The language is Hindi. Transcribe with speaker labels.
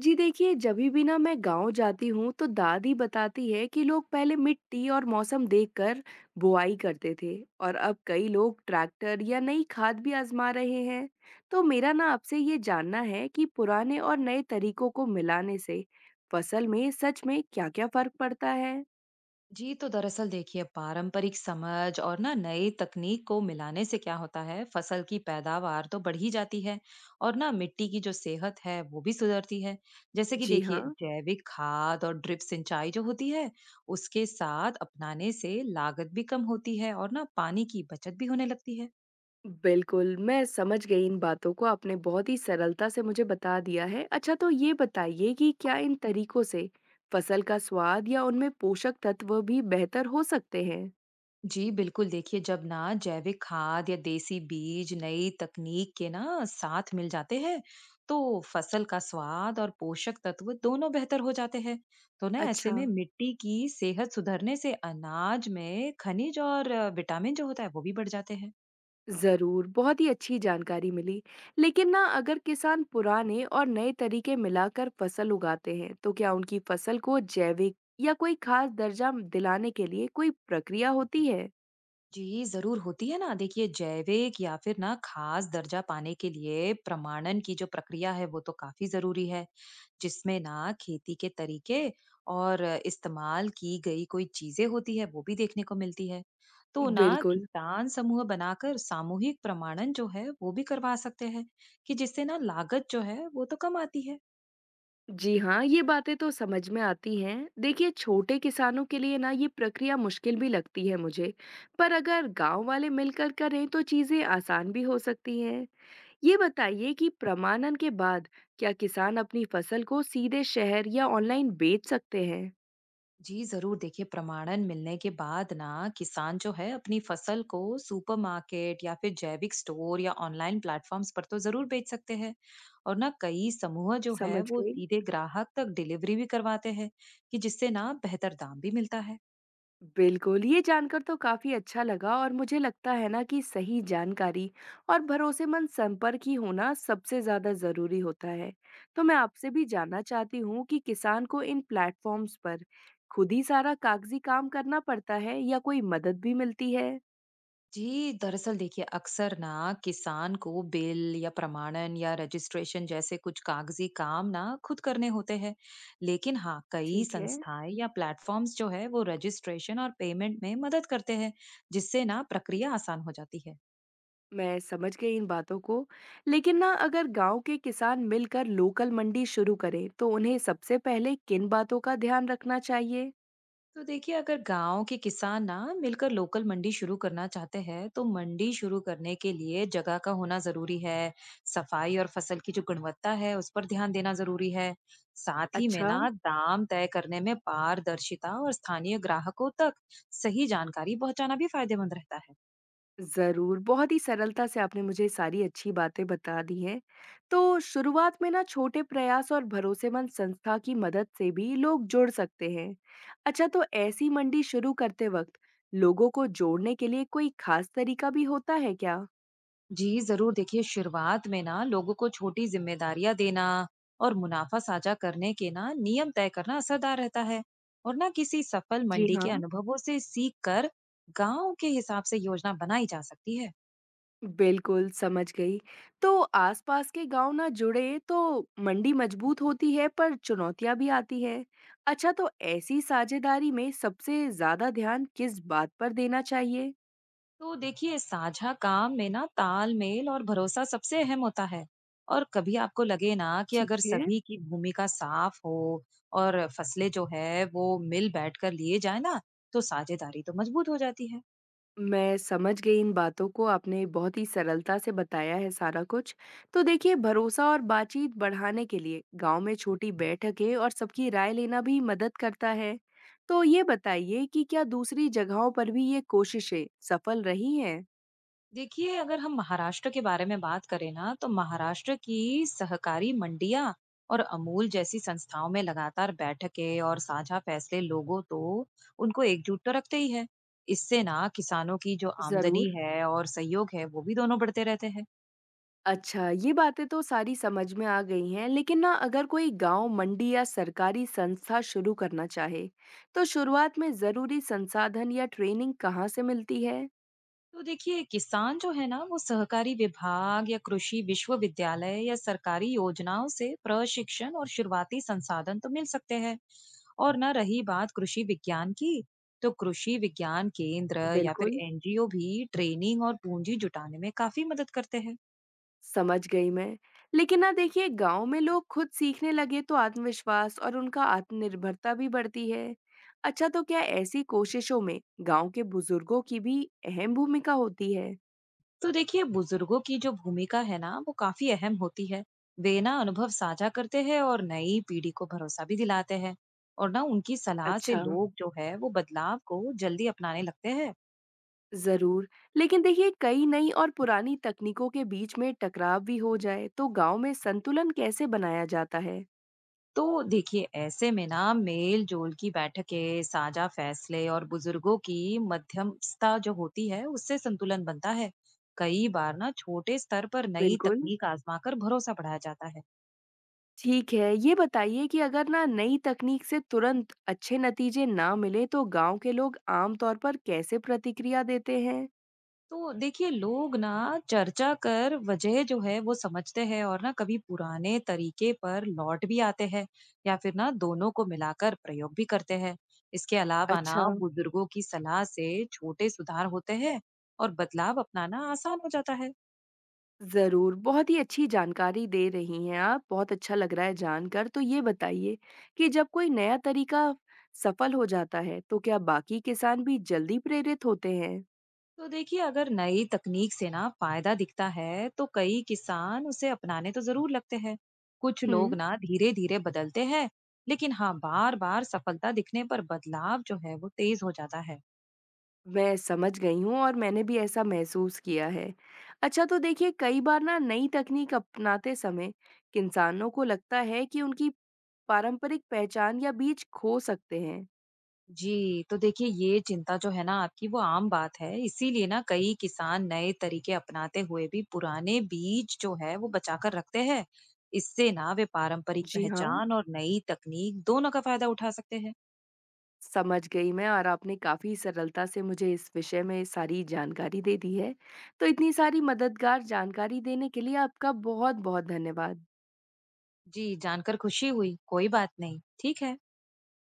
Speaker 1: जी देखिए, जब भी ना मैं गांव जाती हूँ तो दादी बताती है कि लोग पहले मिट्टी और मौसम देखकर बुआई करते थे। और अब कई लोग ट्रैक्टर या नई खाद भी आजमा रहे हैं। तो मेरा ना आपसे ये जानना है कि पुराने और नए तरीकों को मिलाने से फसल में सच में क्या-क्या फर्क पड़ता है।
Speaker 2: जी तो दरअसल देखिए पारंपरिक समझ और ना नई तकनीक को मिलाने से क्या होता है फसल की पैदावार तो बढ़ ही जाती है। और ना मिट्टी की जो सेहत है वो भी सुधरती है। जैसे कि
Speaker 1: जी
Speaker 2: देखिए
Speaker 1: हाँ।
Speaker 2: जैविक खाद और ड्रिप सिंचाई जो होती है उसके साथ अपनाने से लागत भी कम होती है और ना पानी की बचत भी होने लगती है।
Speaker 1: बिल्कुल, मैं समझ गई इन बातों को, आपने बहुत ही सरलता से मुझे बता दिया है। अच्छा, तो ये बताइए कि क्या इन तरीकों से फसल का स्वाद या उनमें पोषक तत्व भी बेहतर हो सकते हैं?
Speaker 2: जी बिल्कुल देखिए जब ना जैविक खाद या देसी बीज नई तकनीक के ना साथ मिल जाते हैं तो फसल का स्वाद और पोषक तत्व दोनों बेहतर हो जाते हैं। तो ना
Speaker 1: अच्छा।
Speaker 2: ऐसे में मिट्टी की सेहत सुधरने से अनाज में खनिज और विटामिन जो होता है वो भी बढ़ जाते हैं।
Speaker 1: ज़रूर, बहुत ही अच्छी जानकारी मिली। लेकिन ना अगर किसान पुराने और नए तरीके मिलाकर फसल उगाते हैं, तो क्या उनकी फसल को जैविक या कोई खास दर्जा दिलाने के लिए कोई प्रक्रिया होती है?
Speaker 2: जी, ज़रूर होती है ना। देखिए जैविक या फिर ना खास दर्जा पाने के लिए प्रमाणन की जो प्रक्रिया है वो तो काफ़ी ज़रूरी है। जिसमें ना खेती के तरीके और इस्तेमाल की गई कोई चीज़ें होती है वो भी देखने को मिलती है। तो ना
Speaker 1: बिल्कुल।
Speaker 2: किसान समूह बनाकर सामूहिक प्रमाणन जो है वो भी करवा सकते हैं कि जिससे ना लागत जो है वो तो कम आती है।
Speaker 1: जी हाँ, ये बातें तो समझ में आती हैं। देखिए, छोटे किसानों के लिए ना ये प्रक्रिया मुश्किल भी लगती है मुझे, पर अगर गांव वाले मिलकर करें तो चीज़ें आसान भी हो सकती हैं। ये बताइए कि प्रमाणन के बाद क्या किसान अपनी फसल को सीधे शहर या ऑनलाइन बेच सकते हैं?
Speaker 2: जी जरूर देखिए प्रमाणन मिलने के बाद ना किसान जो है अपनी फसल को सुपरमार्केट या फिर जैविक स्टोर या ऑनलाइन प्लेटफॉर्म्स पर तो जरूर बेच सकते हैं। और ना कई समूह जो है
Speaker 1: समझ
Speaker 2: वो
Speaker 1: गई।
Speaker 2: सीधे ग्राहक तक डिलीवरी भी करवाते हैं कि जिससे ना बेहतर दाम भी मिलता है।
Speaker 1: बिल्कुल, ये जानकर तो काफ़ी अच्छा लगा। और मुझे लगता है ना कि सही जानकारी और भरोसेमंद संपर्क ही होना सबसे ज़्यादा ज़रूरी होता है। तो मैं आपसे भी जानना चाहती हूँ कि किसान को इन प्लेटफ़ॉर्म्स पर खुद ही सारा कागज़ी काम करना पड़ता है या कोई मदद भी मिलती है?
Speaker 2: जी, दरअसल देखिए अक्सर ना किसान को बिल या प्रमाणन या रजिस्ट्रेशन जैसे कुछ कागजी काम ना खुद करने होते हैं। लेकिन हाँ कई
Speaker 1: ठीक है,
Speaker 2: संस्थाएं या प्लेटफॉर्म्स जो है वो रजिस्ट्रेशन और पेमेंट में मदद करते हैं जिससे ना प्रक्रिया आसान हो जाती है।
Speaker 1: मैं समझ गई इन बातों को। लेकिन ना अगर गाँव के किसान मिलकर लोकल मंडी शुरू करें, तो उन्हें सबसे पहले किन बातों का ध्यान रखना चाहिए?
Speaker 2: तो देखिए अगर गांव के किसान ना मिलकर लोकल मंडी शुरू करना चाहते हैं तो मंडी शुरू करने के लिए जगह का होना जरूरी है। सफाई और फसल की जो गुणवत्ता है उस पर ध्यान देना जरूरी है। साथ ही में
Speaker 1: अच्छा।
Speaker 2: ना दाम तय करने में पारदर्शिता और स्थानीय ग्राहकों तक सही जानकारी पहुंचाना भी फायदेमंद रहता है।
Speaker 1: ज़रूर, बहुत ही सरलता से आपने मुझे सारी अच्छी बातें बता दी हैं। तो शुरुआत में ना छोटे प्रयास और भरोसेमंद संस्था की मदद से भी लोग जुड़ सकते हैं। अच्छा, तो ऐसी मंडी शुरू करते वक़्त लोगों को जोड़ने के लिए कोई खास तरीका भी होता है क्या?
Speaker 2: जी जरूर देखिए शुरुआत में ना लोगों को छोटी जिम्मेदारियां देना और मुनाफा साझा करने के ना नियम तय करना असरदार रहता है। और ना किसी सफल
Speaker 1: जी
Speaker 2: मंडी
Speaker 1: हाँ।
Speaker 2: के अनुभवों से सीख कर गांव के हिसाब से योजना बनाई जा सकती है।
Speaker 1: बिल्कुल, समझ गई। तो आसपास के गाँव ना जुड़े तो मंडी मजबूत होती है, पर चुनौतियाँ भी आती हैं। अच्छा, तो ऐसी साझेदारी में सबसे ज़्यादा ध्यान किस बात पर देना चाहिए?
Speaker 2: तो देखिए साझा काम में ना तालमेल और भरोसा सबसे अहम होता है। और कभी आपको लगे ना कि अगर
Speaker 1: ठीक है,
Speaker 2: सभी की भूमिका साफ हो और फसलें जो है वो मिल बैठ कर लिए जाए ना तो साझेदारी तो मजबूत हो जाती है।
Speaker 1: मैं समझ गई इन बातों को, आपने बहुत ही सरलता से बताया है सारा कुछ। तो देखिए, भरोसा और बातचीत बढ़ाने के लिए गाँव में छोटी बैठकें और सबकी राय लेना भी मदद करता है। तो ये बताइए कि क्या दूसरी जगहों पर भी ये कोशिशें सफल रही हैं?
Speaker 2: देखिए अगर हम महाराष्ट्र के बारे में बात करें ना तो महाराष्ट्र की सहकारी मंडियां और अमूल जैसी संस्थाओं में लगातार बैठकें और साझा फैसले लोगों तो उनको एकजुट तो रखते ही है। इससे ना किसानों की जो आमदनी
Speaker 1: जरूर।
Speaker 2: है और सहयोग है वो भी दोनों बढ़ते रहते हैं।
Speaker 1: अच्छा, ये बातें तो सारी समझ में आ गई हैं, लेकिन ना अगर कोई गांव, मंडी या सरकारी संस्था शुरू करना चाहे, तो शुरुआत में जरूरी संसाधन या ट्रेनिंग कहाँ से मिलती है?
Speaker 2: तो देखिए किसान जो है ना वो सहकारी विभाग या कृषि विश्वविद्यालय या सरकारी योजनाओं से प्रशिक्षण और शुरुआती संसाधन तो मिल सकते हैं। और ना रही बात कृषि विज्ञान की, तो कृषि विज्ञान केंद्र या फिर
Speaker 1: बिल्कुल।
Speaker 2: एनजीओ भी ट्रेनिंग और पूंजी जुटाने में काफी मदद करते हैं।
Speaker 1: समझ गई मैं। लेकिन ना देखिए गाँव में लोग खुद सीखने लगे तो आत्मविश्वास और उनका आत्मनिर्भरता भी बढ़ती है। अच्छा, तो क्या ऐसी कोशिशों में गाँव के बुजुर्गों की भी अहम भूमिका होती है?
Speaker 2: तो देखिए बुजुर्गों की जो भूमिका है ना वो काफी अहम होती है। वे ना अनुभव साझा करते हैं और नई पीढ़ी को भरोसा भी दिलाते हैं। और ना उनकी सलाह से
Speaker 1: अच्छा।
Speaker 2: लोग जो है वो बदलाव को जल्दी अपनाने लगते हैं।
Speaker 1: ज़रूर। लेकिन देखिए, कई नई और पुरानी तकनीकों के बीच में टकराव भी हो जाए तो गाँव में संतुलन कैसे बनाया जाता है?
Speaker 2: तो देखिए ऐसे में ना मेल जोल की बैठकें साझा फैसले और बुजुर्गों की मध्यस्थता जो होती है उससे संतुलन बनता है। कई बार ना छोटे स्तर पर नई
Speaker 1: बिल्कुल।
Speaker 2: तकनीक आजमाकर भरोसा बढ़ाया जाता है।
Speaker 1: ठीक है, ये बताइए कि अगर ना नई तकनीक से तुरंत अच्छे नतीजे ना मिले तो गांव के लोग आम तौर पर कैसे प्रतिक्रिया देते हैं?
Speaker 2: तो देखिए लोग ना चर्चा कर वजह जो है वो समझते हैं और ना कभी पुराने तरीके पर लौट भी आते हैं या फिर ना दोनों को मिलाकर प्रयोग भी करते हैं। इसके अलावा
Speaker 1: अच्छा,
Speaker 2: ना बुजुर्गों की सलाह से छोटे सुधार होते हैं और बदलाव अपनाना आसान हो जाता है।
Speaker 1: ज़रूर, बहुत ही अच्छी जानकारी दे रही हैं आप, बहुत अच्छा लग रहा है जानकर। तो ये बताइए कि जब कोई नया तरीका सफल हो जाता है, तो क्या बाकी किसान भी जल्दी प्रेरित होते हैं?
Speaker 2: तो देखिए अगर नई तकनीक से ना फायदा दिखता है तो कई किसान उसे अपनाने तो जरूर लगते हैं। कुछ
Speaker 1: हुँ।
Speaker 2: लोग ना धीरे धीरे बदलते हैं, लेकिन हाँ बार बार सफलता दिखने पर बदलाव जो है वो तेज हो जाता है।
Speaker 1: मैं समझ गई हूँ और मैंने भी ऐसा महसूस किया है। अच्छा, तो देखिए कई बार ना नई तकनीक अपनाते समय इंसानों को लगता है कि उनकी पारंपरिक पहचान या बीज खो सकते हैं।
Speaker 2: जी, तो देखिए ये चिंता जो है ना आपकी वो आम बात है, इसीलिए ना कई किसान नए तरीके अपनाते हुए भी पुराने बीज जो है वो बचाकर रखते हैं। इससे ना वे पारंपरिक
Speaker 1: जी हाँ।
Speaker 2: पहचान और नई तकनीक दोनों का फायदा उठा सकते हैं।
Speaker 1: समझ गई मैं और आपने काफी सरलता से मुझे इस विषय में सारी जानकारी दे दी है। तो इतनी सारी मददगार जानकारी देने के लिए आपका बहुत-बहुत धन्यवाद।
Speaker 2: जी, जानकर खुशी हुई। कोई बात नहीं। ठीक है।